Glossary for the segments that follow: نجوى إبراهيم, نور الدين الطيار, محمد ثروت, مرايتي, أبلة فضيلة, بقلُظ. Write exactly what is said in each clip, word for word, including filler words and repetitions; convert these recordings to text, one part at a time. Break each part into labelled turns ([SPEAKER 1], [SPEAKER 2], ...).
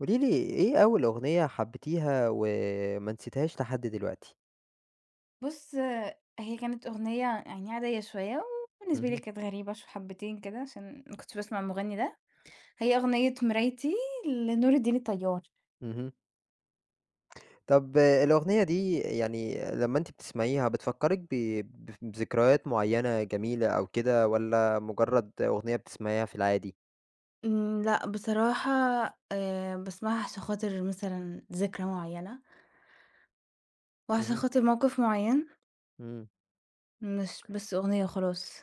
[SPEAKER 1] قولي لي إيه أول أغنية حبيتيها وما نسيتيهاش لحد دلوقتي؟
[SPEAKER 2] بُص، هي كانت أغنية يعني عادية شوية، وبالنسبة لي
[SPEAKER 1] اهم،
[SPEAKER 2] كانت غريبة ش حبتين كده عشان ما كنتش باسمع المغني ده. هي أغنية مرايتي لنور الدين الطيار.
[SPEAKER 1] اهم. طب آه، الأغنية دي يعني لمّا أنتِ بتسمعيها بتفكّرِك ب ب بذكريات معيّنة جميلة أو كده والّا مجرّد أغنية بتسمعيها في العادي؟
[SPEAKER 2] إمم، لأ بصراحة آآ، باسمعها عشان خاطر مثلًا ذكرى معيّنة، وعشان
[SPEAKER 1] اهم،
[SPEAKER 2] خاطر موقف معيّن.
[SPEAKER 1] إمم.
[SPEAKER 2] مش بس أغنية وخلاص.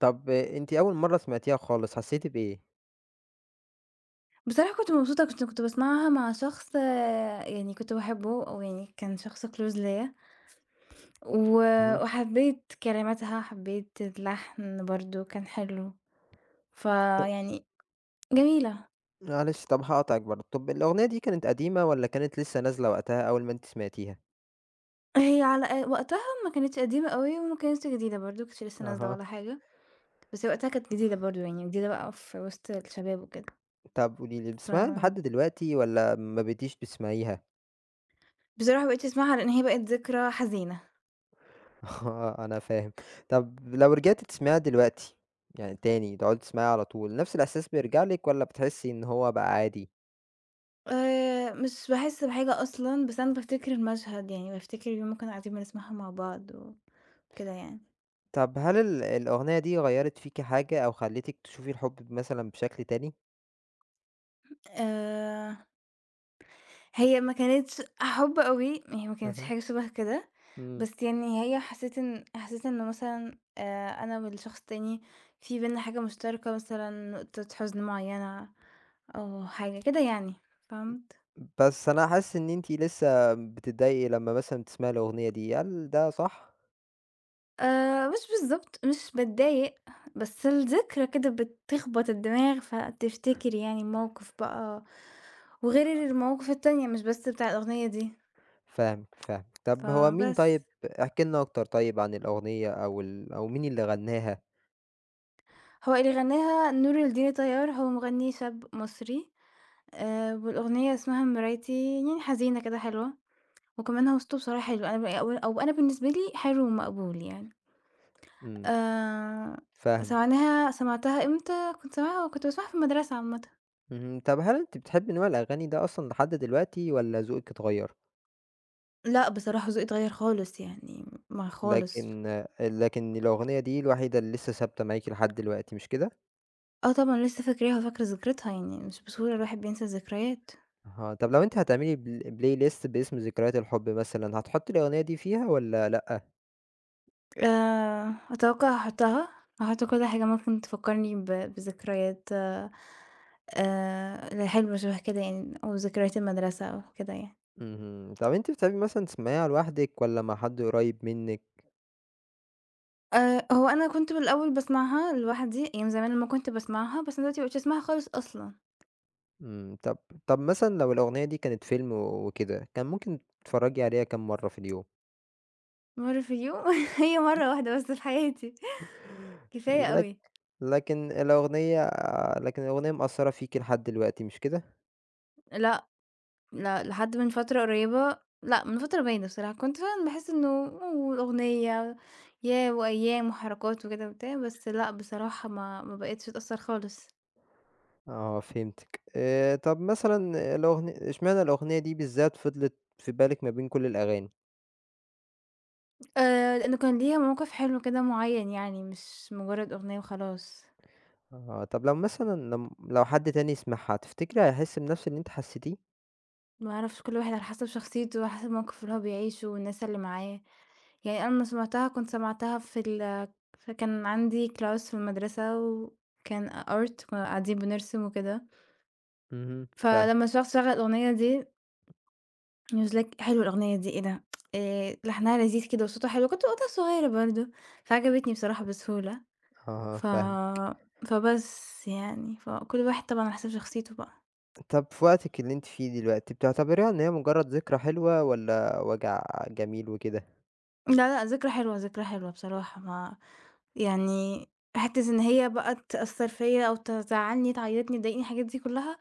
[SPEAKER 1] طب آه، أنتِ أول مرّة سمعتيها خالص حسّيتِ بإيه؟
[SPEAKER 2] بصراحة كنت مبسوطة، كنت كنت باسمعها مع شخص آه، يعني كنت باحبه أو يعني كان شخص close ليّا، و
[SPEAKER 1] اهم.
[SPEAKER 2] وحبيت كلماتها، حبيت اللحن برضه كان حلو.
[SPEAKER 1] ط
[SPEAKER 2] فيعني جميلة.
[SPEAKER 1] معلش طب هاقاطعِك برضه، طب الأغنية دي كانت قديمة والّا كانت لسه نازلة وقتها أول ما أنتِ سمعتيها؟
[SPEAKER 2] هي على أ وقتها ما كانتش قديمة أوي وما كانتش جديدة برضه، ما كانتش لسه نازلة
[SPEAKER 1] أها.
[SPEAKER 2] ولا حاجة، بس وقتها كانت جديدة برضه، يعني جديدة بقى في وسط الشباب وكده.
[SPEAKER 1] طب قولي لي
[SPEAKER 2] ف
[SPEAKER 1] بتسمعيها لحد دلوقتي والّا ما بقيتيش بتسمعيها؟
[SPEAKER 2] بصراحة ما بقيتش أسمعها لإن هي بقت ذكرى حزينة.
[SPEAKER 1] آه، أنا فاهم. طب لو رجعتِ تسمعيها دلوقتي، يعني تاني تقعدي تسمعيها على طول، نفس الإحساس بيرجع لِك والّا بتحسّي إن هو بقى عادي؟
[SPEAKER 2] آآ مش باحس بحاجة أصلًا، بس أنا بافتكر المشهد، يعني بافتكر اليوم ما كنا قاعدين بنسمعها مع بعض وكده يعني.
[SPEAKER 1] طب هل ال الأغنية دي غيّرت فيكِ حاجة أو خلّتِك تشوفي الحب مثلًا بشكل تاني؟
[SPEAKER 2] آآ هي ما كانتش حُب أوي، هي ما كانتش
[SPEAKER 1] أها.
[SPEAKER 2] حاجة شبه كده،
[SPEAKER 1] إمم.
[SPEAKER 2] بس يعني هي حسيت إن حسيت إنه مثلًا آآ، أنا والشخص التاني في بيننا حاجة مشتركة مثلًا نقطة حزن معيّنة أو حاجة كده يعني، فهمت؟
[SPEAKER 1] بس أنا حاسس إن أنتِ لسه بتتضايقي لمّا مثلًا بتسمعي الأغنية دي، هل ده صح؟
[SPEAKER 2] آآ، مش بالضبط، مش باتضايق، بس الذكرى كده بتخبط الدماغ، فتفتكر يعني الموقف بقى وغير المواقف التانية مش بس بتاع الأغنية دي.
[SPEAKER 1] فاهمِك، فاهمِك. طب هو مين
[SPEAKER 2] فبس.
[SPEAKER 1] طيب احكي لنا أكتر طيب عن الأغنية أو ال أو مين اللي غنّاها؟
[SPEAKER 2] هو اللي غناها نور الدين طيار، هو مغني شاب مصري. آآ والأغنية اسمها مرايتي، يعني حزينة كده حلوة، وكمان هو صوته بصراحة حلو. أنا ب أو أو أنا بالنسبة لي حلو ومقبول يعني.
[SPEAKER 1] إمم،
[SPEAKER 2] آآ
[SPEAKER 1] فاهمِك.
[SPEAKER 2] سمعناها سمعتها إمتى؟ كنت سامعاها كنت باسمعها في المدرسة عامةً.
[SPEAKER 1] اهم، طب هل أنتِ بتحبي نوع الأغاني ده أصلًا لحد دلوقتي والّا ذوقِك اتغيّر؟
[SPEAKER 2] لأ بصراحة ذوقي اتغيّر خالص يعني، ما خالص.
[SPEAKER 1] لكن لكن الأغنية دي الوحيدة اللي لسه ثابتة معاكِ لحد دلوقتي مش كده؟
[SPEAKER 2] آه طبعًا لسه فاكراها وفاكرة ذكرتها، يعني مش بسهولة الواحد بينسى الذكريات.
[SPEAKER 1] أها، طب لو أنتِ هتعملي بل playlist باسم ذكريات الحب مثلًا، هتحطّي الأغنية دي فيها والّا لأ؟
[SPEAKER 2] آآ أتوقع هاحُطّها، هاحُط كل حاجة ممكن تفكّرني ب بذكريات آآ الحلوة شبه كده يعني أو ذكريات المدرسة أو كده يعني.
[SPEAKER 1] اهم، طب أنتِ بتحبي مثلًا تسمعيها لوحدِك والّا مع حد قريب منِّك؟
[SPEAKER 2] آآ هو أنا كنت بالأول باسمعها لوحدي، أيام زمان لمّا كنت باسمعها، بس أنا دلوقتي ما بقيتش أسمعها خالص أصلًا.
[SPEAKER 1] إمم، طب طب مثلًا لو الأغنية دي كانت فيلم و- وكده، كان ممكن تتفرّجي عليها كام مرّة في اليوم؟
[SPEAKER 2] مرّة في اليوم هي مرّة واحدة بس في حياتي، كفاية
[SPEAKER 1] لك
[SPEAKER 2] أوي.
[SPEAKER 1] لكن الأغنية لكن الأغنية مأثّرة فيكِ لحد دلوقتي مش كده؟
[SPEAKER 2] لأ لأ، لحد من فترة قريبة لأ، من فترة باينة بصراحة، كنت فعلًا باحس إنه والأغنية ياه وأيام وحركات وكده وبتاع، بس لأ بصراحة ما ما بقيتش أتأثّر خالص.
[SPEAKER 1] آه فهمتِك. آآ طب مثلًا الأغن إشمعنى الأغنية دي بالذات فضلت في بالِك ما بين كل الأغاني؟
[SPEAKER 2] آآ، لإنه كان ليها موقِف حلو كده معيّن يعني، مش مجرّد أغنية وخلاص.
[SPEAKER 1] آه، طب لو مثلًا لم لو حد تاني يسمعها تفتكري هيحس بنفس اللي أنتِ حسيتيه؟
[SPEAKER 2] ما أعرفش، كل واحد على حسب شخصيته وعلى حسب الموقِف اللي هو بيعيشه والناس اللي معاه. يعني أنا لمّا سمعتها كنت سمعتها في ال فكان عندي class في المدرسة وكان art كُنّا قاعدين بنرسم وكده،
[SPEAKER 1] اهم، فاهم
[SPEAKER 2] فلمّا الشخص شغّل الأغنية دي نزلك حلوة الأغنية دي، إيه ده؟ آآ لحنها لذيذ كده وصوتها حلو، كنت وقتها صغيرة برضه، فعجبتني بصراحة بسهولة.
[SPEAKER 1] آه،
[SPEAKER 2] ف
[SPEAKER 1] فاهمِك.
[SPEAKER 2] فبس يعني، فكل واحد طبعًا على حسب شخصيته بقى.
[SPEAKER 1] طب في وقتِك اللي أنتِ فيه دلوقتي بتعتبريها إن هي مجرد ذكرى حلوة والّا وجع جميل وكده؟
[SPEAKER 2] لا، لأ، ذكرى حلوة، ذكرى حلوة بصراحة. ما يعني حتّة إن هي بقى تأثّر فيّا أو تزعّلني، تعيّطني، تضايقني، الحاجات دي كلّها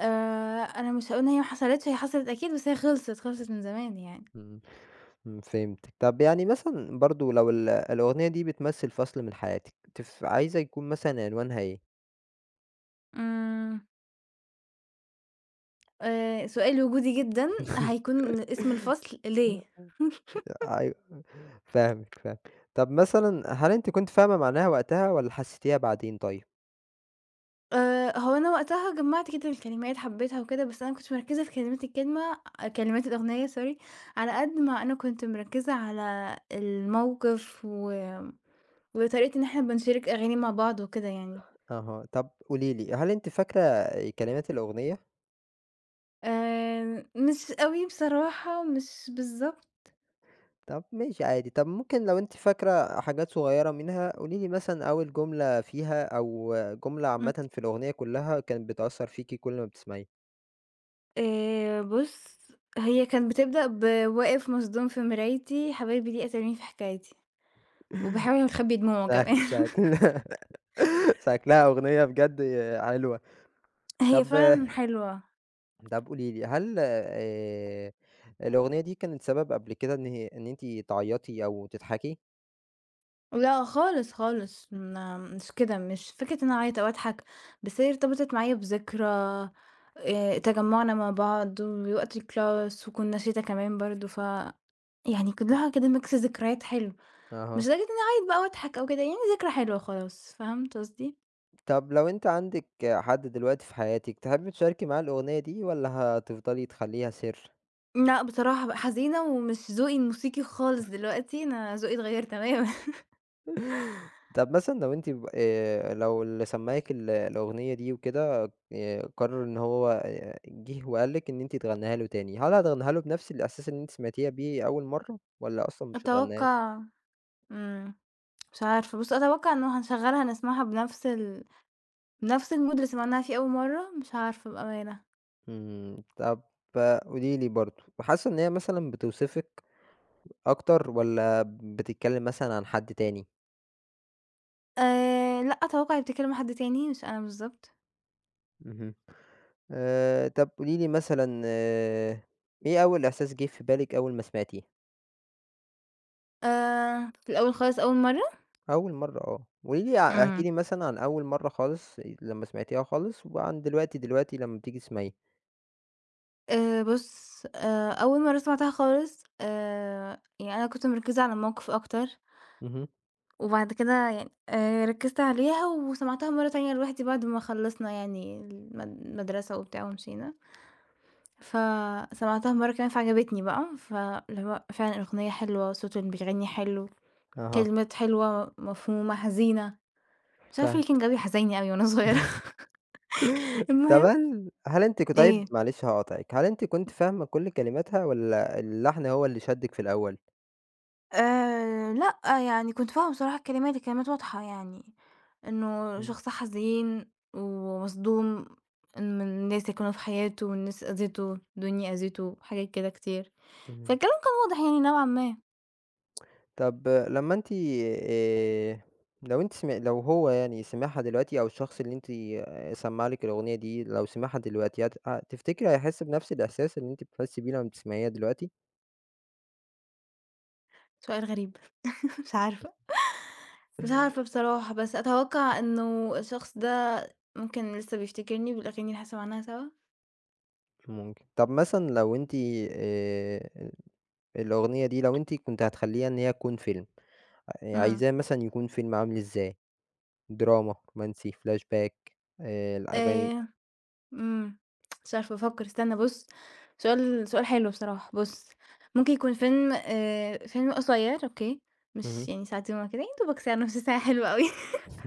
[SPEAKER 2] آآ أنا مش هاقول إن هي ما حصلتش، هي حصلت أكيد، بس هي خلصت، خلصت من زمان يعني.
[SPEAKER 1] إمم، إمم، فهمتِك. طب يعني مثلًا برضه لو ال الأغنية دي بتمثل فصل من حياتِك تف عايزة يكون مثلًا عنوانها إيه؟
[SPEAKER 2] إمم، آآ سؤال وجودي جدًا، هيكون اسم الفصل ليه؟
[SPEAKER 1] أيوه فاهمِك، فاهمِك. طَب مثلًا هل أنتِ كنتِ فاهمة معناها وقتها والّا حسيتيها بعدين طيب؟
[SPEAKER 2] آآ، هو أنا وقتها جمّعت كده الكلمات حبيتها وكده، بس أنا ما كنتش مركّزة في كلمات الكلمة كلمات الأغنية sorry، على قد ما أنا كنت مركّزة على الموقف و وطريقة إن إحنا بنشارك أغاني مع بعض وكده يعني.
[SPEAKER 1] أها، طَب قولي لي، هل أنتِ فاكرة كلمات الأغنية؟
[SPEAKER 2] آآ، مش أوي بصراحة، مش بالضبط.
[SPEAKER 1] طَب ماشي عادي، طَب ممكن لو أنتِ فاكرة حاجات صغيّرة منها قولي لي مثلًا أول جملة فيها أو جملة
[SPEAKER 2] إمم،
[SPEAKER 1] عامةً في الأغنية كلّها كانت بتأثّر فيكِ كل ما بتسمعيها.
[SPEAKER 2] آآ، بُص، هي كانت بتبدأ بواقف مصدوم في مرايتي، حبايبي ليه قتلوني في حكايتي، وباحاول أخبّي دموعه كمان.
[SPEAKER 1] شك شكل شكلها أغنية بجد حلوة.
[SPEAKER 2] هي
[SPEAKER 1] طَب
[SPEAKER 2] فعلًا حلوة.
[SPEAKER 1] طب قولي لي، هل آآ الأغنية دي كانت سبب قبل كده إن هي إن أنتِ تعيّطي أو تضحكي؟
[SPEAKER 2] لأ خالص، خالص، ما مش كده، مش فكرة إن أنا أعيط أو أضحك، بس هي ارتبطت معايا بذكرى، آآ، تجمُّعنا مع بعض ووقت الclass وكنا شتا كمان برضه. ف يعني
[SPEAKER 1] إمم.
[SPEAKER 2] كلّها كده mix ذكريات حلو،
[SPEAKER 1] أها.
[SPEAKER 2] مش لدرجة إنّي أعيط بقى وأضحك أو كده، يعني ذكرى حلوة خلاص، فهمت قصدي؟
[SPEAKER 1] طب لو أنتِ عندِك حد دلوقتي في حياتِك، تحبّي تشاركي معاه الأغنية دي والّا هتفضلي تخلّيها سِر؟
[SPEAKER 2] لأ بصراحة بقى حزينة ومش ذوقي الموسيقي خالص دلوقتي، أنا ذوقي اتغيّر تمامًا.
[SPEAKER 1] طب مثلًا لو أنتِ ب آآ لو اللي سمّعِك ال الأغنية دي وكده آآ قرّر إن هو آآ جِه وقال لِك إن أنتِ تغنّيها له تاني، هل هتغنّيها له بنفس الإحساس اللي أنتِ سمعتيها بيه أول مرّة والّا أصلًا مش هتغنّيها؟
[SPEAKER 2] أتوقّع إمم، مش عارفة، بُص أتوقّع إنه هنشغّلها نسمعها بنفس ال نفس الmood اللي سمعناها فيه أول مرّة؟ مش عارفة بأمانة.
[SPEAKER 1] إمم، طب قولي لي برضه، حاسة إن هي مثلًا بتوصفِك أكتر والّا بتتكلم مثلًا عن حد تاني؟
[SPEAKER 2] آآ لأ، أتوقع هي بتتكلم مع حد تاني مش أنا بالضبط.
[SPEAKER 1] اهم. آآ، طب قولي لي مثلًا آآ، إيه أول إحساس جه في بالِك أول ما سمعتيه؟
[SPEAKER 2] آآ في الأول خالص أول مرّة.
[SPEAKER 1] أول مرة آه، قولي لي ع احكي
[SPEAKER 2] إمم.
[SPEAKER 1] لي مثلًا عن أول مرة خالص إيه، لمّا سمعتيها خالص، وعن دلوقتي، دلوقتي لمّا بتيجي تسمعيها.
[SPEAKER 2] آآ بُص، آآ أول مرّة سمعتها خالص آآ يعني أنا كنت مركّزة على الموقف أكتر،
[SPEAKER 1] اهم.
[SPEAKER 2] وبعد كده يعني آآ ركّزت عليها وسمعتها مرّة تانية لوحدي بعد ما خلّصنا يعني المد المدرسة وبتاع ومشينا، فسمعتها مرّة كمان فعجبتني بقى، فاللي هو فعلًا الأغنية حلوة، صوته اللي بيغني حلو.
[SPEAKER 1] أها،
[SPEAKER 2] كلمات حلوة، مفهومة، حزينة، مش عارفة
[SPEAKER 1] فاهم.
[SPEAKER 2] ليه كان جوي حزيني أوي وأنا صغيرة.
[SPEAKER 1] طب
[SPEAKER 2] المهم
[SPEAKER 1] هل هل أنتِ ك طيب
[SPEAKER 2] إيه،
[SPEAKER 1] معلش هاقاطعِك، هل أنتِ كنتِ فاهمة كل كلماتها والّا اللحن هو اللي شدِّك في الأول؟
[SPEAKER 2] آآ لأ، يعني كنت فاهمة بصراحة الكلمات، الكلمات واضحة يعني إنه
[SPEAKER 1] إمم،
[SPEAKER 2] شخص حزين ومصدوم من الناس اللي كانوا في حياته والناس أذيته، الدنيا أذيته، حاجات كده كتير،
[SPEAKER 1] اهم.
[SPEAKER 2] فالكلام كان واضح يعني نوعًا ما.
[SPEAKER 1] طب لمّا أنتِ آآ لو أنتِ سم لو هو يعني سمعها دلوقتي أو الشخص اللي أنتِ آآ سمّاع لِك الأغنية دي لو سمعها دلوقتي هت ه تفتكري هيحس بنفس الإحساس اللي أنتِ بتحسّي بيه لمّا بتسمعيها دلوقتي؟
[SPEAKER 2] سؤال غريب. مش عارفة، مش عارفة بصراحة، بس أتوقع إنه الشخص ده ممكن لسه بيفتكرني بالأغاني اللي إحنا سمعناها سوا.
[SPEAKER 1] ممكن. طب مثلًا لو أنتِ آآ الأغنية دي لو أنتِ كنتِ هتخلّيها إن هي تكون فيلم، آآ
[SPEAKER 2] إمم.
[SPEAKER 1] عايزاه مثلًا يكون فيلم عامل إزاي؟ دراما، رومانسي، flashback آآ الأغاني
[SPEAKER 2] آآ إمم. مش عارفة بافكّر، استنى بُص، سؤال سؤال حلو بصراحة. بُص، ممكن يكون فيلم آآ فيلم قصيّر أوكي، مش
[SPEAKER 1] اهم.
[SPEAKER 2] يعني ساعتين والّا كده، يا دوبك ساعة، نُص ساعة حلو أوي.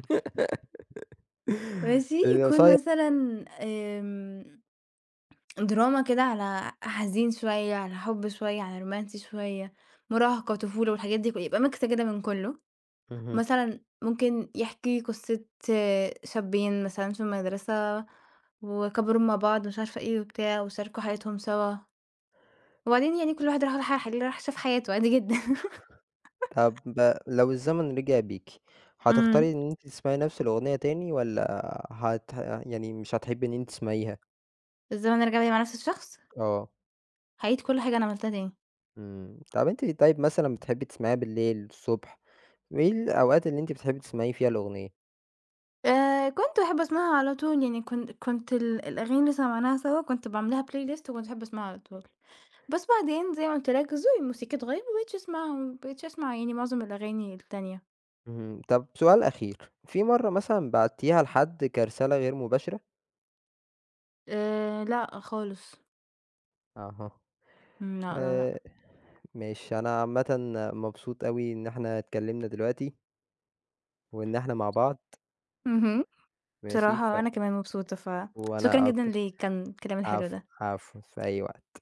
[SPEAKER 2] ماشي،
[SPEAKER 1] آآ
[SPEAKER 2] يكون
[SPEAKER 1] قصيّر.
[SPEAKER 2] مثلًا آمم دراما كده على حزين شوية، على حُب شوية، على رومانسي شوية، مراهقة، طفولة والحاجات دي ك يبقى mix كده من كُلّه.
[SPEAKER 1] اهم.
[SPEAKER 2] مثلًا ممكن يحكي قصّة آه، شابين مثلًا في المدرسة وكبروا مع بعض ومش عارفة إيه وبتاع وشاركوا حياتهم سوا. وبعدين يعني كل واحد راح راح ح راح شاف حياته عادي جدا.
[SPEAKER 1] طب لو الزمن رجع بيكِ، هتختاري
[SPEAKER 2] إمم.
[SPEAKER 1] إن أنتِ تسمعي نفس الأغنية تاني والّا هت يعني مش هتحبي إن أنتِ تسمعيها؟
[SPEAKER 2] الزمن رجع بيا مع نفس الشخص،
[SPEAKER 1] آه،
[SPEAKER 2] هاعيد كل حاجة أنا عملتها تاني.
[SPEAKER 1] إمم، طب أنتِ طيب مثلًا بتحبي تسمعيها بالليل، الصبح، إيه الأوقات اللي أنتِ بتحبي تسمعي فيها الأغنية؟
[SPEAKER 2] آآ كنت باحب أسمعها على طول، يعني كنت كنت ال الأغاني اللي سمعناها سوا كنت باعمل لها بلاي ليست وكنت باحب أسمعها على طول. بس بعدين زي ما قُلت لك ذوقي الموسيقي اتغيّر، ما بقيتش أسمعها ما بقيتش أسمع يعني معظم الأغاني التانية.
[SPEAKER 1] اهم، طب سؤال أخير، في مرّة مثلًا بعتيها لحد كرسالة غير مباشرة؟
[SPEAKER 2] آآ لأ خالص.
[SPEAKER 1] أها،
[SPEAKER 2] إمم، لا، لا، لأ.
[SPEAKER 1] آآ، ماشي، أنا عامةً مبسوط أوي إن إحنا اتكلمنا دلوقتي، وإن إحنا مع بعض،
[SPEAKER 2] اهم.
[SPEAKER 1] ماشي، ف
[SPEAKER 2] بصراحة أنا كمان مبسوطة، فشكرًا
[SPEAKER 1] وأنا
[SPEAKER 2] جدًا
[SPEAKER 1] أكتر،
[SPEAKER 2] لكان الكلام الحلو
[SPEAKER 1] عفو،
[SPEAKER 2] ده.
[SPEAKER 1] عفو، في أي وقت.